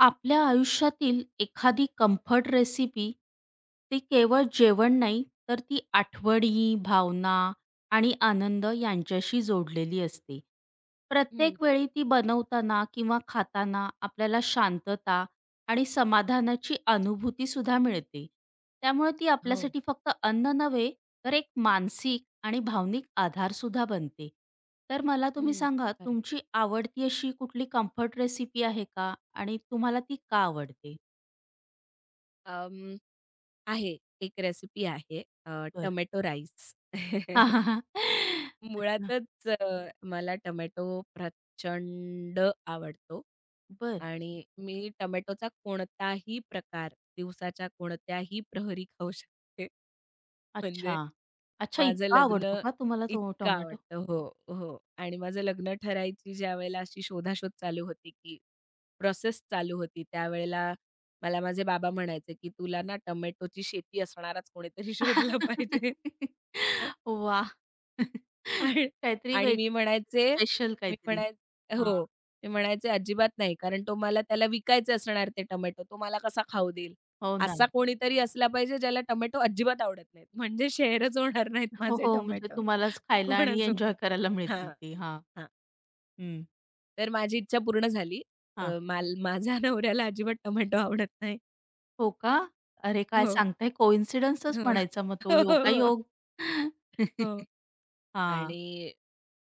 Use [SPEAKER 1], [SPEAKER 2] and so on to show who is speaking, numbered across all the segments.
[SPEAKER 1] आपल्या आयुष्यातील एखादी कम्फर्ट रेसिपी ती केवळ जेवण नाही, तर ती आठवणी, भावना आणि आनंद यांच्याशी जोडलेली असते.
[SPEAKER 2] हं.
[SPEAKER 1] प्रत्येक वेळी ती बनवताना किंवा खाताना आपल्याला शांतता आणि समाधानाची अनुभूतीसुद्धा मिळते. त्यामुळे ती
[SPEAKER 2] हो.
[SPEAKER 1] आपल्यासाठी फक्त अन्न नव्हे, तर एक मानसिक आणि भावनिक आधारसुद्धा बनते. तर मला तुम्ही
[SPEAKER 2] हं.
[SPEAKER 1] सांगा
[SPEAKER 2] खरं आहे.
[SPEAKER 1] तुमची आवडती अशी कुठली कम्फर्ट रेसिपी आहे का? आणि तुम्हाला ती का आवडते?
[SPEAKER 2] आहे. एक रेसिपी आहे, अ,
[SPEAKER 1] बरं.
[SPEAKER 2] Tomato rice.
[SPEAKER 1] अच्छा.
[SPEAKER 2] मुळातच मला टोमॅटो प्रचंड आवडतो
[SPEAKER 1] बरं.
[SPEAKER 2] आणि मी टोमॅटोचा कोणताही प्रकार दिवसाच्या कोणत्याही प्रहरी खाऊ शकते.
[SPEAKER 1] अच्छा.
[SPEAKER 2] म्हणजे
[SPEAKER 1] अच्छा,
[SPEAKER 2] माझं
[SPEAKER 1] इतका
[SPEAKER 2] लग्न
[SPEAKER 1] आवडतो का तुम्हाला तो
[SPEAKER 2] इतकं
[SPEAKER 1] टोमॅटो?
[SPEAKER 2] आवडतं. हो, हो. आणि माझं लग्न ठरायची ज्यावेळेला अशी शोधाशोध चालू होती, की प्रोसेस चालू होती, त्यावेळेला मला माझे बाबा म्हणायचे, की "तुला ना टोमॅटोची शेती असणाराच कोणीतरी शोधला पाहिजे."
[SPEAKER 1] वाह!
[SPEAKER 2] आणि
[SPEAKER 1] काहीतरी
[SPEAKER 2] आणि मी
[SPEAKER 1] वेगळं,
[SPEAKER 2] म्हणायचे,
[SPEAKER 1] स्पेशल
[SPEAKER 2] मी
[SPEAKER 1] काहीतरी.
[SPEAKER 2] म्हणाय
[SPEAKER 1] हां.
[SPEAKER 2] हो. मी म्हणायचे, "अजिबात नाही, कारण तो मला त्याला विकायचे असणार ते टोमॅटो. तो मला कसा खाऊ देईल?
[SPEAKER 1] हो ना.
[SPEAKER 2] असा कोणीतरी असला पाहिजे ज्याला टोमॅटो अजिबात आवडत नाहीत. म्हणजे शेरच होणार नाहीत
[SPEAKER 1] हो,
[SPEAKER 2] माझे
[SPEAKER 1] हो. म्हणजे
[SPEAKER 2] टोमॅटो."
[SPEAKER 1] तुम्हालाच खायला आणि एन्जॉय
[SPEAKER 2] कोणासोबत?
[SPEAKER 1] करायला
[SPEAKER 2] हां,
[SPEAKER 1] मिळतील ते. हां.
[SPEAKER 2] हां.
[SPEAKER 1] हं.
[SPEAKER 2] तर माझी इच्छा पूर्ण झाली. अ, माल माझ्या नवऱ्याला अजिबात टोमॅटो आवडत नाही.
[SPEAKER 1] हो का? अरे काय
[SPEAKER 2] हो,
[SPEAKER 1] सांगताय? कोइन्सिडन्सच
[SPEAKER 2] हो.
[SPEAKER 1] म्हणायचा, मग तो
[SPEAKER 2] हो, हो, हो.
[SPEAKER 1] योगायोग.
[SPEAKER 2] हो.
[SPEAKER 1] हां,
[SPEAKER 2] आणि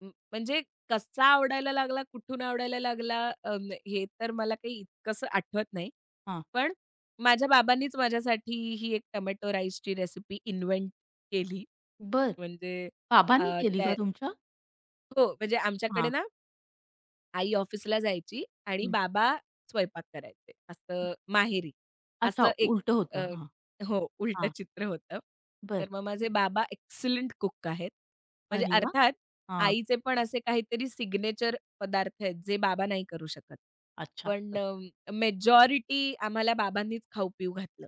[SPEAKER 2] म्हणजे कसा आवडायला लागला, कुठून आवडायला लागला, अ, हे तर मला काही इतकंसं आठवत नाही.
[SPEAKER 1] हां.
[SPEAKER 2] पण माझ्या बाबांनीच माझ्यासाठी ही एक टोमॅटो राईसची रेसिपी इन्व्हेंट केली.
[SPEAKER 1] बर,
[SPEAKER 2] म्हणजे अ,
[SPEAKER 1] बाबांनी केली का
[SPEAKER 2] त्या
[SPEAKER 1] तुमच्या?
[SPEAKER 2] हो, म्हणजे आमच्याकडे
[SPEAKER 1] हां.
[SPEAKER 2] ना आई ऑफिसला जायची आणि
[SPEAKER 1] हं.
[SPEAKER 2] बाबा स्वयंपाक करायचे. असं माहेरी.
[SPEAKER 1] अच्छा,
[SPEAKER 2] असं एक
[SPEAKER 1] उलटं
[SPEAKER 2] अ,
[SPEAKER 1] होतं. हां,
[SPEAKER 2] हो, उलटं
[SPEAKER 1] हां.
[SPEAKER 2] चित्र होतं.
[SPEAKER 1] बरं.
[SPEAKER 2] तर मग माझे बाबा एक्सलंट कुक आहेत. म्हणजे
[SPEAKER 1] अरे वाह!
[SPEAKER 2] अर्थात
[SPEAKER 1] हां.
[SPEAKER 2] आईचे पण असे काहीतरी सिग्नेचर पदार्थ आहेत, जे बाबा नाही करू शकत.
[SPEAKER 1] अच्छा.
[SPEAKER 2] पण
[SPEAKER 1] बरं.
[SPEAKER 2] मेजॉरिटी आम्हाला बाबांनीच खाऊ-पिऊ घातलं.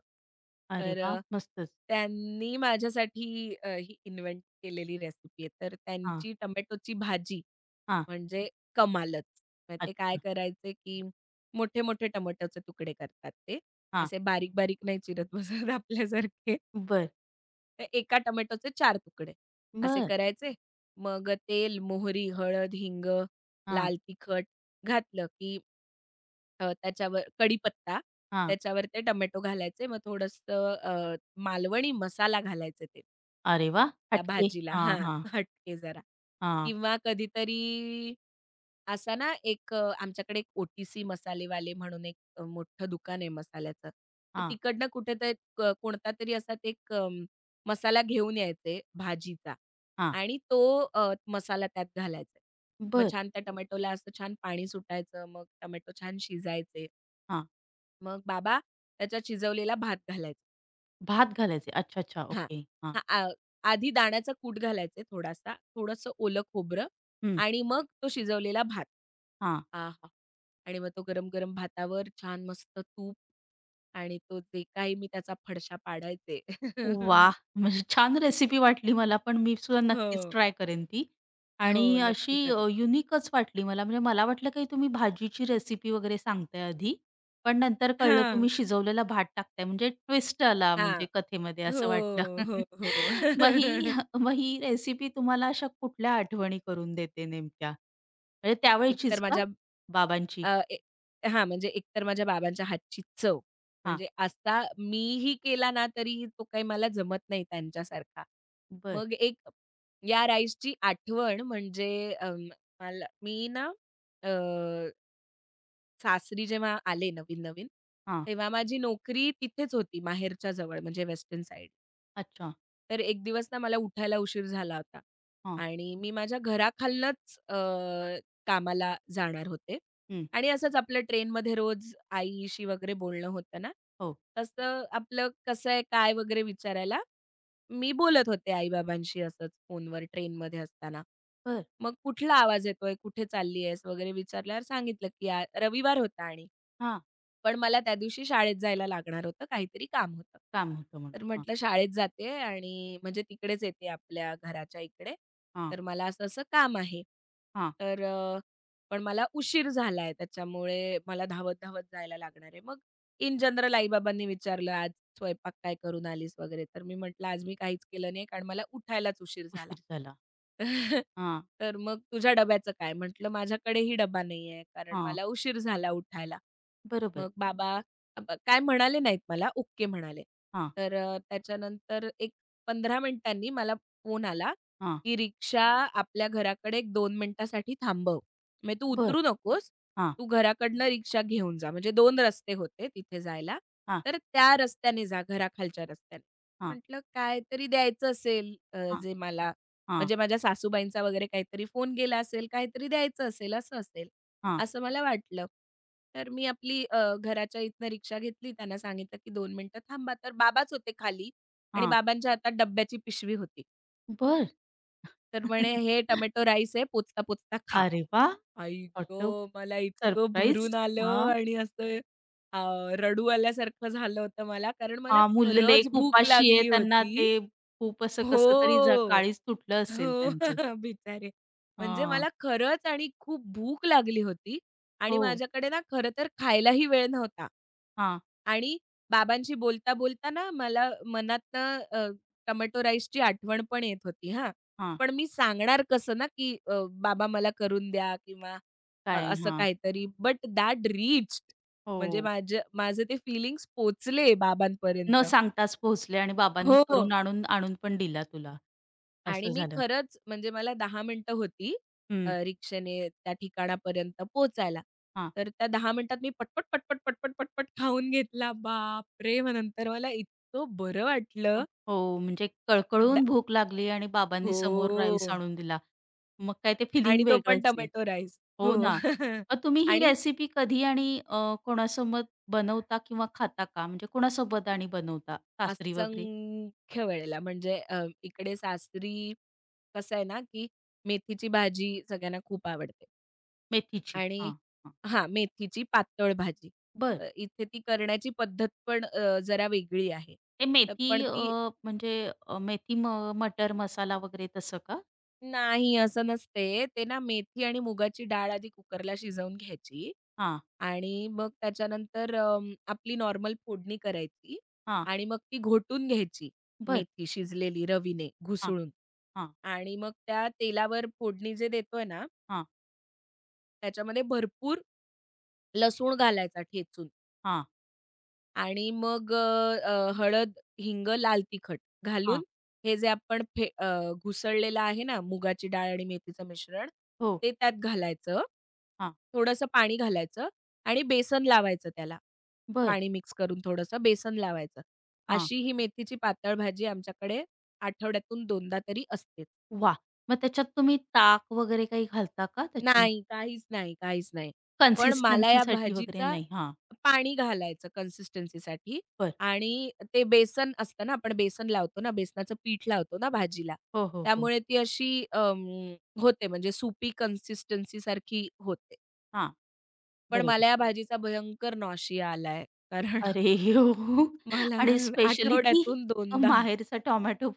[SPEAKER 1] अरे
[SPEAKER 2] तर
[SPEAKER 1] वाह! मस्तच.
[SPEAKER 2] त्यांनी माझ्यासाठी ही इन्व्हेंट केलेली रेसिपी आहे. तर
[SPEAKER 1] हां,
[SPEAKER 2] त्यांची टोमॅटोची भाजी
[SPEAKER 1] हां.
[SPEAKER 2] म्हणजे कमालच. मग ते काय
[SPEAKER 1] अच्छा.
[SPEAKER 2] करायचे, की मोठे-मोठे टोमॅटोचे तुकडे करतात ते.
[SPEAKER 1] हां.
[SPEAKER 2] असे बारीक-बारीक नाही चिरत बसत आपल्यासारखे.
[SPEAKER 1] बरं,
[SPEAKER 2] तर एका टोमॅटोचे चार तुकडे असे
[SPEAKER 1] बरं.
[SPEAKER 2] करायचे. मग तेल, मोहरी, हळद, हिंग,
[SPEAKER 1] हां,
[SPEAKER 2] लाल तिखट घातलं, की त्याच्यावर कढीपत्ता,
[SPEAKER 1] हां.
[SPEAKER 2] त्याच्यावर ते टोमॅटो घालायचे. मग थोडंसं मालवणी मसाला घालायचे ते.
[SPEAKER 1] अरे वाह!
[SPEAKER 2] त्या
[SPEAKER 1] हटके.
[SPEAKER 2] भाजीला
[SPEAKER 1] हां,
[SPEAKER 2] हां,
[SPEAKER 1] हां,
[SPEAKER 2] हटके जरा
[SPEAKER 1] हां,
[SPEAKER 2] किंवा कधीतरी असा ना एक, आमच्याकडे एक मसालेवाले म्हणून एक, मोठं दुकान आहे मसाल्याचं. तर
[SPEAKER 1] हां,
[SPEAKER 2] तिकडनं कुठेतरी कोणतातरी असा ते एक मसाला घेऊन यायचे भाजीचा
[SPEAKER 1] हां.
[SPEAKER 2] आणि तो, मसाला त्यात घालायचा. मग
[SPEAKER 1] बरं.
[SPEAKER 2] छान त्या टोमॅटोला असं छान पाणी सुटायचं. मग टोमॅटो छान शिजायचे.
[SPEAKER 1] हां.
[SPEAKER 2] मग बाबा त्याच्यात शिजवलेला भात घालायचा.
[SPEAKER 1] भात घालायचे. अच्छा, अच्छा.
[SPEAKER 2] हां.
[SPEAKER 1] ओके. हां.
[SPEAKER 2] हां. आधी दाण्याचा कूट घालायचे थोडासा, थोडंसं ओलं खोबरं
[SPEAKER 1] हं.
[SPEAKER 2] आणि मग तो शिजवलेला भात.
[SPEAKER 1] हां.
[SPEAKER 2] आहा! आणि मग तो गरम-गरम भातावर छान मस्त तूप आणि तो, जे काही मी त्याचा फडशा पाडायचे.
[SPEAKER 1] वाह! म्हणजे छान रेसिपी वाटली मला, पण मी सुद्धा नक्कीच
[SPEAKER 2] हो.
[SPEAKER 1] ट्राय करेन ती.
[SPEAKER 2] हो,
[SPEAKER 1] आणि अशी
[SPEAKER 2] नक्की करून.
[SPEAKER 1] युनिकच वाटली मला. म्हणजे मला वाटलं काही तुम्ही भाजीची रेसिपी वगैरे सांगताय आधी, पण नंतर कळलं
[SPEAKER 2] हां.
[SPEAKER 1] तुम्ही शिजवलेला भात टाकताय, म्हणजे ट्विस्ट आला
[SPEAKER 2] हां.
[SPEAKER 1] म्हणजे कथेमध्ये
[SPEAKER 2] हो,
[SPEAKER 1] असं वाटलं.
[SPEAKER 2] हो, हो.
[SPEAKER 1] मग ही मग ही रेसिपी तुम्हाला अशा कुठल्या आठवणी करून देते नेमक्या? म्हणजे
[SPEAKER 2] एकतर
[SPEAKER 1] त्यावेळचीच का?
[SPEAKER 2] माझ्या,
[SPEAKER 1] बाबांची?
[SPEAKER 2] अ, ए हां, म्हणजे एकतर माझ्या बाबांच्या हातची चव.
[SPEAKER 1] हां.
[SPEAKER 2] म्हणजे असा मीही केला ना, तरी तो काही मला जमत नाही त्यांच्यासारखा.
[SPEAKER 1] बरं.
[SPEAKER 2] मग एक, या राईसची आठवण म्हणजे, मला मी ना, अ, सासरी जेव्हा आले नवीन-नवीन,
[SPEAKER 1] हां.
[SPEAKER 2] तेव्हा माझी नोकरी तिथेच होती माहेरच्या जवळ म्हणजे वेस्टर्न साईड.
[SPEAKER 1] अच्छा.
[SPEAKER 2] तर एक दिवस ना मला उठायला उशीर झाला होता
[SPEAKER 1] हां.
[SPEAKER 2] आणि मी माझ्या घराखालनंच कामाला जाणार होते
[SPEAKER 1] हं.
[SPEAKER 2] आणि असंच आपलं ट्रेनमध्ये रोज आईशी वगैरे बोलणं होतं ना,
[SPEAKER 1] हो.
[SPEAKER 2] तसं आपलं कसं आहे, काय वगैरे विचारायला मी बोलत होते आई-बाबांशी असंच फोनवर ट्रेनमध्ये असताना.
[SPEAKER 1] बरं.
[SPEAKER 2] मग कुठला आवाज येतोय, कुठे चालली आहेस वगैरे विचारल्यावर सांगितलं, की रविवार होता आणि.
[SPEAKER 1] हां.
[SPEAKER 2] पण मला त्या दिवशी शाळेत जायला लागणार होतं, काहीतरी काम होतं.
[SPEAKER 1] काम होतं म्हणून.
[SPEAKER 2] तर
[SPEAKER 1] हां.
[SPEAKER 2] म्हटलं शाळेत जाते आणि म्हणजे तिकडेच येते आपल्या घराच्या इकडे.
[SPEAKER 1] हां.
[SPEAKER 2] तर मला असं-असं काम आहे.
[SPEAKER 1] हां,
[SPEAKER 2] तर पण मला उशीर झालाय त्याच्यामुळे मला धावत-धावत जायला लागणार आहे. मग इन जनरल आई विचारलं, "आज स्वयंपाक काय करून आलीस?" वगैरे. तर मी म्हटलं, "आज मी काहीच केलं नाही कारण मला उठायलाच उशीर झाला."
[SPEAKER 1] उशीर झाला. हां,
[SPEAKER 2] तर, "मग तुझ्या डब्याचं काय?" म्हटलं, "माझ्याकडेही डबा नाहीये कारण
[SPEAKER 1] हां,
[SPEAKER 2] मला उशीर झाला उठायला."
[SPEAKER 1] बरोबर.
[SPEAKER 2] मग बाबा, अ, ब काय म्हणाले नाहीत मला, ओके म्हणाले.
[SPEAKER 1] हां,
[SPEAKER 2] तर त्याच्यानंतर एक 15 मिनिटांनी मला फोन आला,
[SPEAKER 1] हां,
[SPEAKER 2] की रिक्षा आपल्या घराकडे एक 2 मिनिटासाठी थांबव. म्हणजे तू
[SPEAKER 1] बरं.
[SPEAKER 2] उतरू नकोस.
[SPEAKER 1] हां,
[SPEAKER 2] तू घराकडनं रिक्षा घेऊन जा. म्हणजे 2 रस्ते होते तिथे जायला.
[SPEAKER 1] हां,
[SPEAKER 2] तर त्या रस्त्याने जा, घराखालच्या रस्त्याने.
[SPEAKER 1] हां,
[SPEAKER 2] म्हटलं काहीतरी द्यायचं असेल,
[SPEAKER 1] हां,
[SPEAKER 2] जे मला,
[SPEAKER 1] हां,
[SPEAKER 2] म्हणजे माझ्या सासूबाईंचा वगैरे काहीतरी फोन गेला असेल, काहीतरी द्यायचं असेल, असं असेल.
[SPEAKER 1] हां,
[SPEAKER 2] असं मला वाटलं. तर मी आपली, घराच्या इथनं रिक्षा घेतली. त्यांना सांगितलं, की 2 मिनिटं थांबा. तर बाबाच होते खाली आणि
[SPEAKER 1] हां,
[SPEAKER 2] बाबांच्या हातात डब्याची पिशवी होती.
[SPEAKER 1] बरं.
[SPEAKER 2] तर म्हणे, "हे टोमॅटो राईस आहे, पोचता-पोचता खा."
[SPEAKER 1] अरे वाह!
[SPEAKER 2] आई
[SPEAKER 1] ऑटो
[SPEAKER 2] गं! मला इतकं
[SPEAKER 1] सरप्राईज.
[SPEAKER 2] भरून आलं
[SPEAKER 1] हां,
[SPEAKER 2] आणि असं, अ, रडू आल्यासारखं झालं होतं मला. कारण मला
[SPEAKER 1] हां, मुलं
[SPEAKER 2] खरंच
[SPEAKER 1] लेक
[SPEAKER 2] भूक
[SPEAKER 1] उपाशी आहे.
[SPEAKER 2] लागली
[SPEAKER 1] त्यांना
[SPEAKER 2] होती.
[SPEAKER 1] ते खूप असं
[SPEAKER 2] हो.
[SPEAKER 1] कसं तरी जा,
[SPEAKER 2] हो.
[SPEAKER 1] काळीज तुटलं असेल त्यांचं.
[SPEAKER 2] बिचारे. म्हणजे
[SPEAKER 1] हां,
[SPEAKER 2] मला खरंच आणि खूप भूक लागली होती आणि
[SPEAKER 1] हो.
[SPEAKER 2] माझ्याकडे ना खरं तर खायलाही वेळ नव्हता
[SPEAKER 1] हां,
[SPEAKER 2] आणि बाबांशी बोलता-बोलता ना मला मनातनं, टोमॅटो राईसची आठवण पण येत होती हां.
[SPEAKER 1] हां,
[SPEAKER 2] पण मी सांगणार कसं ना, की "बाबा मला करून द्या" किंवा
[SPEAKER 1] काय?
[SPEAKER 2] असं
[SPEAKER 1] हां,
[SPEAKER 2] काहीतरी. बट दॅट रीच्ड, म्हणजे
[SPEAKER 1] हो.
[SPEAKER 2] माझे ते फीलिंग्स पोहोचले
[SPEAKER 1] न
[SPEAKER 2] बाबांपर्यंत.
[SPEAKER 1] सांगताच पोहोचले आणि बाबांनी
[SPEAKER 2] हो.
[SPEAKER 1] करून आणून आणून पण दिला तुला.
[SPEAKER 2] आणि
[SPEAKER 1] असं
[SPEAKER 2] मी
[SPEAKER 1] झालं.
[SPEAKER 2] खरंच म्हणजे मला 10 मिनिटं होती,
[SPEAKER 1] हं,
[SPEAKER 2] रिक्षाने त्या ठिकाणापर्यंत पोहोचायला. तर त्या 10 मिनिटात मी पटपट, पटपट, पटपट, पटपट खाऊन घेतला. बापरे! मग नंतर मला इतकं बरं वाटलं.
[SPEAKER 1] हो, म्हणजे
[SPEAKER 2] डा
[SPEAKER 1] कळकळून भूक लागली आणि बाबांनी समोर राईस
[SPEAKER 2] हो.
[SPEAKER 1] आणून दिला. मग काय, ते फिलिंग
[SPEAKER 2] आणि तो पण
[SPEAKER 1] वेगळंच आहे.
[SPEAKER 2] Tomato rice.
[SPEAKER 1] हो
[SPEAKER 2] हो.
[SPEAKER 1] ना. मग तुम्ही ही
[SPEAKER 2] आणि
[SPEAKER 1] रेसिपी कधी आणि कोणासोबत बनवता किंवा खाता का? म्हणजे कोणासोबत आणि बनवता? सासरी वगैरे?
[SPEAKER 2] असंख्य वेळेला म्हणजे, इकडे सासरी कसं आहे ना, की मेथीची भाजी सगळ्यांना खूप आवडते.
[SPEAKER 1] मेथीची?
[SPEAKER 2] आणि
[SPEAKER 1] हां, हां.
[SPEAKER 2] हां, मेथीची पातळ भाजी.
[SPEAKER 1] बर,
[SPEAKER 2] इथे ती करण्याची पद्धत पण जरा वेगळी आहे.
[SPEAKER 1] ते
[SPEAKER 2] तर
[SPEAKER 1] मेथी
[SPEAKER 2] पण ती,
[SPEAKER 1] म्हणजे मेथी म मटर मसाला वगैरे तसं का?
[SPEAKER 2] नाही असं नसते. ते ना मेथी आणि मुगाची डाळ आधी कुकरला शिजवून घ्यायची
[SPEAKER 1] हां,
[SPEAKER 2] आणि मग त्याच्यानंतर, आपली नॉर्मल फोडणी करायची
[SPEAKER 1] हां.
[SPEAKER 2] आणि मग ती घोटून घ्यायची,
[SPEAKER 1] बरं.
[SPEAKER 2] मेथी शिजलेली रवीने
[SPEAKER 1] हां,
[SPEAKER 2] घुसळून,
[SPEAKER 1] हां,
[SPEAKER 2] आणि मग त्या तेलावर फोडणी जे देतोय ना,
[SPEAKER 1] हां,
[SPEAKER 2] त्याच्यामध्ये भरपूर लसूण घालायचा ठेचून.
[SPEAKER 1] हां,
[SPEAKER 2] आणि मग अ, अ, हळद, हिंग, लाल तिखट
[SPEAKER 1] हां.
[SPEAKER 2] घालून हे जे आपण घुसळलेलं आहे ना, मुगाची डाळ आणि मेथीचं मिश्रण,
[SPEAKER 1] हो.
[SPEAKER 2] ते त्यात घालायचं.
[SPEAKER 1] हां.
[SPEAKER 2] थोडंसं पाणी घालायचं आणि बेसन लावायचं त्याला.
[SPEAKER 1] बरं.
[SPEAKER 2] पाणी मिक्स करून थोडंसं बेसन लावायचं.
[SPEAKER 1] हां.
[SPEAKER 2] अशी ही मेथीची पातळ भाजी आमच्याकडे आठवड्यातून 2दा तरी असतेच.
[SPEAKER 1] वा, मग त्याच्यात तुम्ही ताक वगैरे काही घालता का त्याच्या
[SPEAKER 2] नाही, काहीच नाही, काहीच नाही. पण मला या
[SPEAKER 1] कन्सिस्टन्सीसाठी वगैरे
[SPEAKER 2] भाजीचा,
[SPEAKER 1] नाही? हां,
[SPEAKER 2] पाणी घालायचं कन्सिस्टन्सीसाठी
[SPEAKER 1] बरं.
[SPEAKER 2] आणि ते बेसन असतं ना, आपण बेसन लावतो ना, बेसनाचं पीठ लावतो ना भाजीला,
[SPEAKER 1] हो, हो, हो.
[SPEAKER 2] त्यामुळे ती अशी, होते म्हणजे सुपी कन्सिस्टन्सीसारखी होते.
[SPEAKER 1] हां,
[SPEAKER 2] पण
[SPEAKER 1] बरोबर.
[SPEAKER 2] मला या भाजीचा भयंकर नाॅशिया आलाय. कारण
[SPEAKER 1] अरे हो!
[SPEAKER 2] मला ना
[SPEAKER 1] आणि स्पेशली ती
[SPEAKER 2] आठवड्यातून 2दा,
[SPEAKER 1] माहेरचा टोमॅटो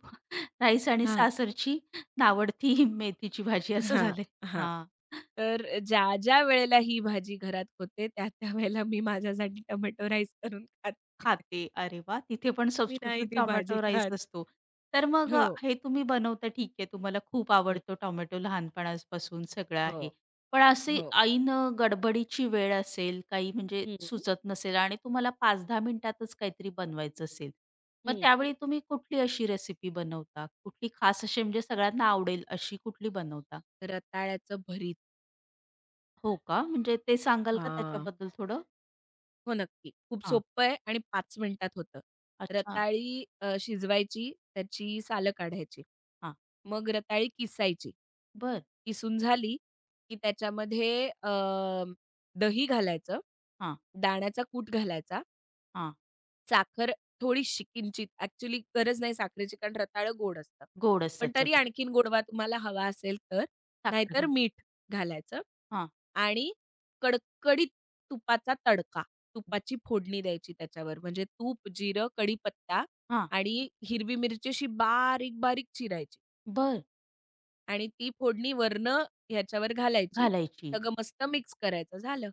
[SPEAKER 1] राईस आणि
[SPEAKER 2] हां,
[SPEAKER 1] सासरची नावडती मेथीची भाजी असं
[SPEAKER 2] हां,
[SPEAKER 1] झालंय.
[SPEAKER 2] हां.
[SPEAKER 1] हां.
[SPEAKER 2] तर ज्या, ज्या वेळेला ही भाजी घरात होते त्या, त्या वेळेला मी माझ्यासाठी टोमॅटो राईस करून खाते.
[SPEAKER 1] खाते. अरे वाह! तिथे पण
[SPEAKER 2] मी नाही
[SPEAKER 1] सबस्टिट्यूट
[SPEAKER 2] ती भाजी
[SPEAKER 1] टोमॅटो राईस
[SPEAKER 2] खात.
[SPEAKER 1] असतो. तर मग
[SPEAKER 2] हो,
[SPEAKER 1] हे तुम्ही बनवता ठीक आहे, तुम्हाला खूप
[SPEAKER 2] हं,
[SPEAKER 1] आवडतो टोमॅटो, लहानपणापासून सगळं
[SPEAKER 2] हो,
[SPEAKER 1] आहे. पण अशी
[SPEAKER 2] हो.
[SPEAKER 1] ऐन गडबडीची वेळ असेल, काही म्हणजे
[SPEAKER 2] हं,
[SPEAKER 1] सुचत नसेल आणि तुम्हाला 5-10 मिनिटातच काहीतरी बनवायचं असेल. मग
[SPEAKER 2] हं.
[SPEAKER 1] त्यावेळी तुम्ही कुठली अशी रेसिपी बनवता? कुठली खास अशी म्हणजे सगळ्यांना आवडेल अशी कुठली बनवता?
[SPEAKER 2] रताळ्याचं भरीत.
[SPEAKER 1] हो का? म्हणजे ते सांगाल का
[SPEAKER 2] हां,
[SPEAKER 1] त्याच्याबद्दल थोडं?
[SPEAKER 2] हो नक्की. खूप
[SPEAKER 1] हां.
[SPEAKER 2] सोपं आहे आणि 5 मिनिटात होतं.
[SPEAKER 1] अच्छा.
[SPEAKER 2] रताळी, शिजवायची, त्याची सालं काढायची.
[SPEAKER 1] हां.
[SPEAKER 2] मग रताळी किसायची.
[SPEAKER 1] बरं.
[SPEAKER 2] किसून झाली, की त्याच्यामध्ये, दही घालायचं,
[SPEAKER 1] हां,
[SPEAKER 2] दाण्याचा कूट घालायचा,
[SPEAKER 1] हां.
[SPEAKER 2] साखर थोडीशी किंचित, ॲक्चुअली गरज नाही साखरेची कारण रताळं गोड असतं.
[SPEAKER 1] गोड
[SPEAKER 2] पण
[SPEAKER 1] असतात.
[SPEAKER 2] तरी आणखीन गोडवा तुम्हाला हवा असेल तर.
[SPEAKER 1] साखर
[SPEAKER 2] नाहीतर
[SPEAKER 1] घालायची.
[SPEAKER 2] मीठ घालायचं
[SPEAKER 1] हां,
[SPEAKER 2] आणि कडकडीत तुपाचा तडका, तुपाची फोडणी द्यायची त्याच्यावर. म्हणजे तूप, जिरं, कढीपत्ता
[SPEAKER 1] हां.
[SPEAKER 2] आणि हिरवी मिरची अशी बारीक-बारीक चिरायची.
[SPEAKER 1] बरं.
[SPEAKER 2] आणि ती फोडणी वरनं ह्याच्यावर घालायची.
[SPEAKER 1] घालायची.
[SPEAKER 2] सगळं मस्त मिक्स करायचं. झालं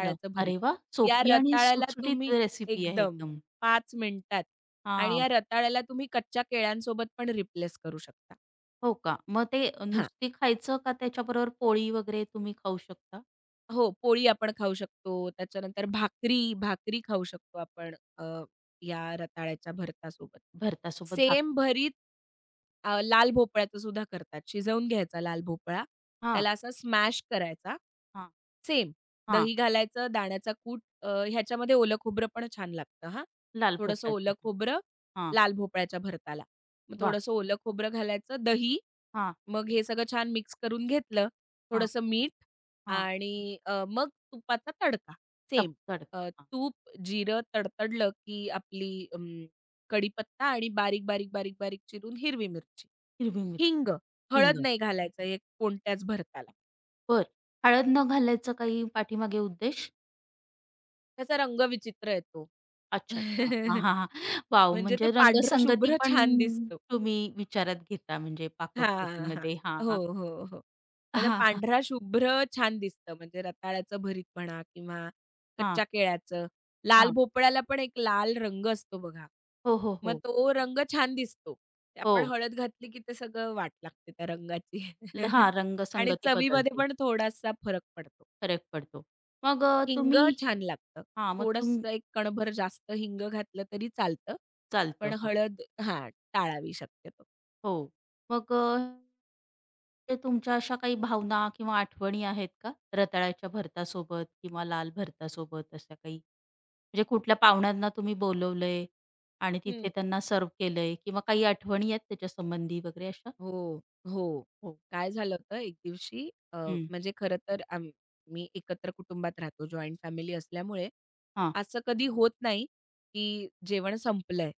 [SPEAKER 1] आलं.
[SPEAKER 2] भरीत.
[SPEAKER 1] अरे वाह!
[SPEAKER 2] या
[SPEAKER 1] सोपी आणि
[SPEAKER 2] रताळ्याला
[SPEAKER 1] सुटसुटीत
[SPEAKER 2] तुम्ही
[SPEAKER 1] रेसिपी आहे
[SPEAKER 2] एकदम
[SPEAKER 1] एकदम.
[SPEAKER 2] 5 मिनिटात, आणि
[SPEAKER 1] हां.
[SPEAKER 2] या रताळ्याला तुम्ही कच्च्या केळ्यांसोबत पण रिप्लेस करू शकता.
[SPEAKER 1] हो का? मग ते
[SPEAKER 2] हां.
[SPEAKER 1] नुसती खायचं का त्याच्याबरोबर पोळी वगैरे तुम्ही खाऊ शकता?
[SPEAKER 2] हो, पोळी आपण खाऊ शकतो. त्याच्यानंतर भाकरी, भाकरी खाऊ शकतो आपण, या रताळ्याच्या भरतासोबत.
[SPEAKER 1] भरतासोबत भाक
[SPEAKER 2] सेम भरीत, लाल भोपळ्याचं सुद्धा करतात. शिजवून घ्यायचा लाल भोपळा.
[SPEAKER 1] हां,
[SPEAKER 2] त्याला असा स्मॅश करायचा
[SPEAKER 1] हां,
[SPEAKER 2] सेम.
[SPEAKER 1] हां.
[SPEAKER 2] दही घालायचं, दाण्याचा कूट, ह्याच्यामध्ये ओलं खोबरं पण छान लागतं हां.
[SPEAKER 1] लाल
[SPEAKER 2] थोडंसं
[SPEAKER 1] भोपळ्याचं.
[SPEAKER 2] ओलं खोबरं,
[SPEAKER 1] हां, हां.
[SPEAKER 2] लाल भोपळ्याच्या भरताला. मग
[SPEAKER 1] वाह!
[SPEAKER 2] थोडंसं ओलं खोबरं घालायचं, दही,
[SPEAKER 1] हां,
[SPEAKER 2] मग हे सगळं छान मिक्स करून घेतलं.
[SPEAKER 1] हां,
[SPEAKER 2] थोडंसं मीठ
[SPEAKER 1] हां.
[SPEAKER 2] आणि मग तुपाचा तडका
[SPEAKER 1] तप
[SPEAKER 2] सेम.
[SPEAKER 1] तडका. हां.
[SPEAKER 2] तूप, जिरं तडतडलं की आपली, कढीपत्ता आणि बारीक, बारीक, बारीक, बारीक चिरून हिरवी मिरची,
[SPEAKER 1] हिरवी मिरची,
[SPEAKER 2] हिंग,
[SPEAKER 1] हिंग.
[SPEAKER 2] हळद नाही घालायचं हे कोणत्याच भरताला.
[SPEAKER 1] बरं. हळद न घालायचा काही पाठीमागे उद्देश?
[SPEAKER 2] त्याचा रंग विचित्र येतो.
[SPEAKER 1] अच्छा, अच्छा. हां, हां, हां. वॉव!
[SPEAKER 2] म्हणजे ते
[SPEAKER 1] म्हणजे
[SPEAKER 2] पांढरं
[SPEAKER 1] रंगसंगती
[SPEAKER 2] शुभ्र
[SPEAKER 1] पण
[SPEAKER 2] छान दिसतो.
[SPEAKER 1] तुम्ही विचारात घेता म्हणजे
[SPEAKER 2] हां, हां.
[SPEAKER 1] पाककृतीमध्ये.
[SPEAKER 2] हो,
[SPEAKER 1] हां.
[SPEAKER 2] हो, हो. म्हणजे
[SPEAKER 1] हां, हां.
[SPEAKER 2] पांढरा शुभ्र छान दिसतं. म्हणजे रताळ्याचं भरीत म्हणा किंवा
[SPEAKER 1] हां,
[SPEAKER 2] कच्च्या केळ्याचं. लाल
[SPEAKER 1] हां.
[SPEAKER 2] भोपळ्याला पण एक लाल रंग असतो बघा.
[SPEAKER 1] हो, हो,
[SPEAKER 2] मग
[SPEAKER 1] हो.
[SPEAKER 2] तो रंग छान दिसतो. ते
[SPEAKER 1] हो.
[SPEAKER 2] आपण हळद घातली की ते सगळं वाट लागते त्या रंगाची.
[SPEAKER 1] ल हां,
[SPEAKER 2] आणि
[SPEAKER 1] रंगसंगती
[SPEAKER 2] चवीमध्ये
[SPEAKER 1] बदलते.
[SPEAKER 2] पण थोडासा फरक पडतो.
[SPEAKER 1] फरक पडतो. मग
[SPEAKER 2] हिंग
[SPEAKER 1] तुम्ही
[SPEAKER 2] छान लागतं.
[SPEAKER 1] हां, मग तुम
[SPEAKER 2] थोडंसं एक कणभर जास्त हिंग घातलं तरी चालतं. पण
[SPEAKER 1] चालतं.
[SPEAKER 2] हळद हां, टाळावी शक्यतो.
[SPEAKER 1] हो. मग ते तुमच्या अशा काही भावना किंवा आठवणी आहेत का? रताळ्याच्या भरतासोबत किंवा लाल भरतासोबत अशा काही? म्हणजे कुठल्या पाहुण्यांना तुम्ही बोलवलंय आणि तिथे
[SPEAKER 2] हं.
[SPEAKER 1] त्यांना सर्व्ह केलंय किंवा काही आठवणी आहेत त्याच्या संबंधी वगैरे अशा?
[SPEAKER 2] हो, हो.
[SPEAKER 1] हो.
[SPEAKER 2] काय झालं होतं एक दिवशी,
[SPEAKER 1] हं.
[SPEAKER 2] म्हणजे खरं तर आम्ही एकत्र कुटुंबात राहतो, जॉइंट फॅमिली असल्यामुळे
[SPEAKER 1] हां.
[SPEAKER 2] असं कधी होत नाही, की जेवण संपलंय.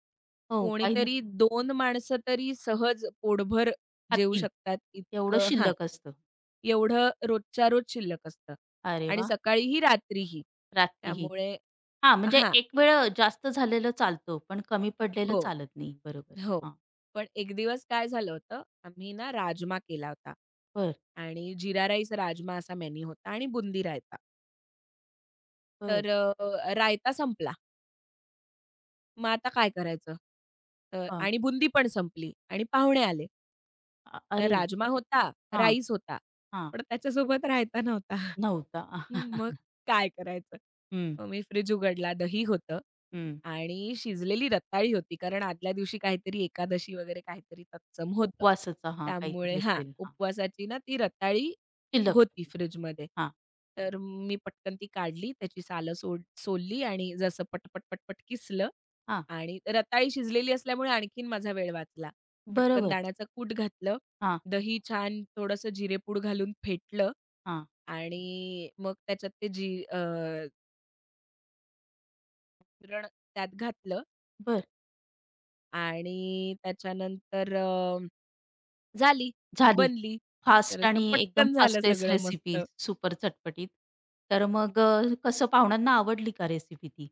[SPEAKER 1] हो, काही नाही
[SPEAKER 2] कोणीतरी 2 माणसं तरी सहज पोटभर जेवू
[SPEAKER 1] खातील.
[SPEAKER 2] शकतात
[SPEAKER 1] एवढं
[SPEAKER 2] इतकं हां.
[SPEAKER 1] शिल्लक असतं.
[SPEAKER 2] एवढं रोजच्या रोज शिल्लक असतं
[SPEAKER 1] अरे
[SPEAKER 2] आणि
[SPEAKER 1] वाह!
[SPEAKER 2] सकाळीही रात्रीही.
[SPEAKER 1] रात्रीही.
[SPEAKER 2] त्यामुळे
[SPEAKER 1] हां, म्हणजे
[SPEAKER 2] हां.
[SPEAKER 1] एक वेळ जास्त झालेलं चालतं, पण कमी पडलेलं
[SPEAKER 2] हो,
[SPEAKER 1] चालत नाही. बरोबर.
[SPEAKER 2] हो.
[SPEAKER 1] हां.
[SPEAKER 2] पण एक दिवस काय झालं होतं, आम्ही ना राजमा केला होता
[SPEAKER 1] बरं,
[SPEAKER 2] आणि जीरा राईस, राजमा असा मेनू होता आणि बुंदी रायता.
[SPEAKER 1] बरं.
[SPEAKER 2] तर रायता संपला. मग आता काय करायचं? तर
[SPEAKER 1] हां.
[SPEAKER 2] आणि बुंदी पण संपली आणि पाहुणे आले.
[SPEAKER 1] अ,
[SPEAKER 2] तर
[SPEAKER 1] अरे!
[SPEAKER 2] राजमा होता, राईस होता,
[SPEAKER 1] हां,
[SPEAKER 2] पण त्याच्यासोबत रायता नव्हता.
[SPEAKER 1] नव्हता.
[SPEAKER 2] मग काय करायचं?
[SPEAKER 1] हं,
[SPEAKER 2] मग मी फ्रिज उघडला, दही होतं
[SPEAKER 1] हं.
[SPEAKER 2] आणि शिजलेली रताळी होती, कारण आदल्या दिवशी काहीतरी एकादशी वगैरे काहीतरी तत्सम होतं.
[SPEAKER 1] उपवासाचा हां,
[SPEAKER 2] त्यामुळे
[SPEAKER 1] काहीतरी
[SPEAKER 2] हां,
[SPEAKER 1] असेल. हां,
[SPEAKER 2] उपवासाची ना ती रताळी
[SPEAKER 1] शिल्लक.
[SPEAKER 2] होती फ्रिजमध्ये.
[SPEAKER 1] हां,
[SPEAKER 2] तर मी पटकन ती काढली, त्याची सालं सोलली आणि जसं पट, पट, किसलं
[SPEAKER 1] हां.
[SPEAKER 2] आणि रताळी शिजलेली असल्यामुळे आणखीन माझा वेळ वाचला. पटकन
[SPEAKER 1] बरोबर.
[SPEAKER 2] दाण्याचं कूट घातलं,
[SPEAKER 1] हां,
[SPEAKER 2] दही छान थोडंसं जिरेपूड घालून फेटलं
[SPEAKER 1] हां.
[SPEAKER 2] आणि मग त्याच्यात ते जी, पुरण त्यात घातलं
[SPEAKER 1] बरं,
[SPEAKER 2] आणि त्याच्यानंतर, झाली,
[SPEAKER 1] झाली.
[SPEAKER 2] बनली. तर
[SPEAKER 1] फास्ट
[SPEAKER 2] असं
[SPEAKER 1] आणि एकदम
[SPEAKER 2] पटकन झालं
[SPEAKER 1] फास्टेस्ट
[SPEAKER 2] सगळं मस्त.
[SPEAKER 1] रेसिपी सुपर चटपटीत. तर मग कसं, पाहुण्यांना आवडली का रेसिपी ती?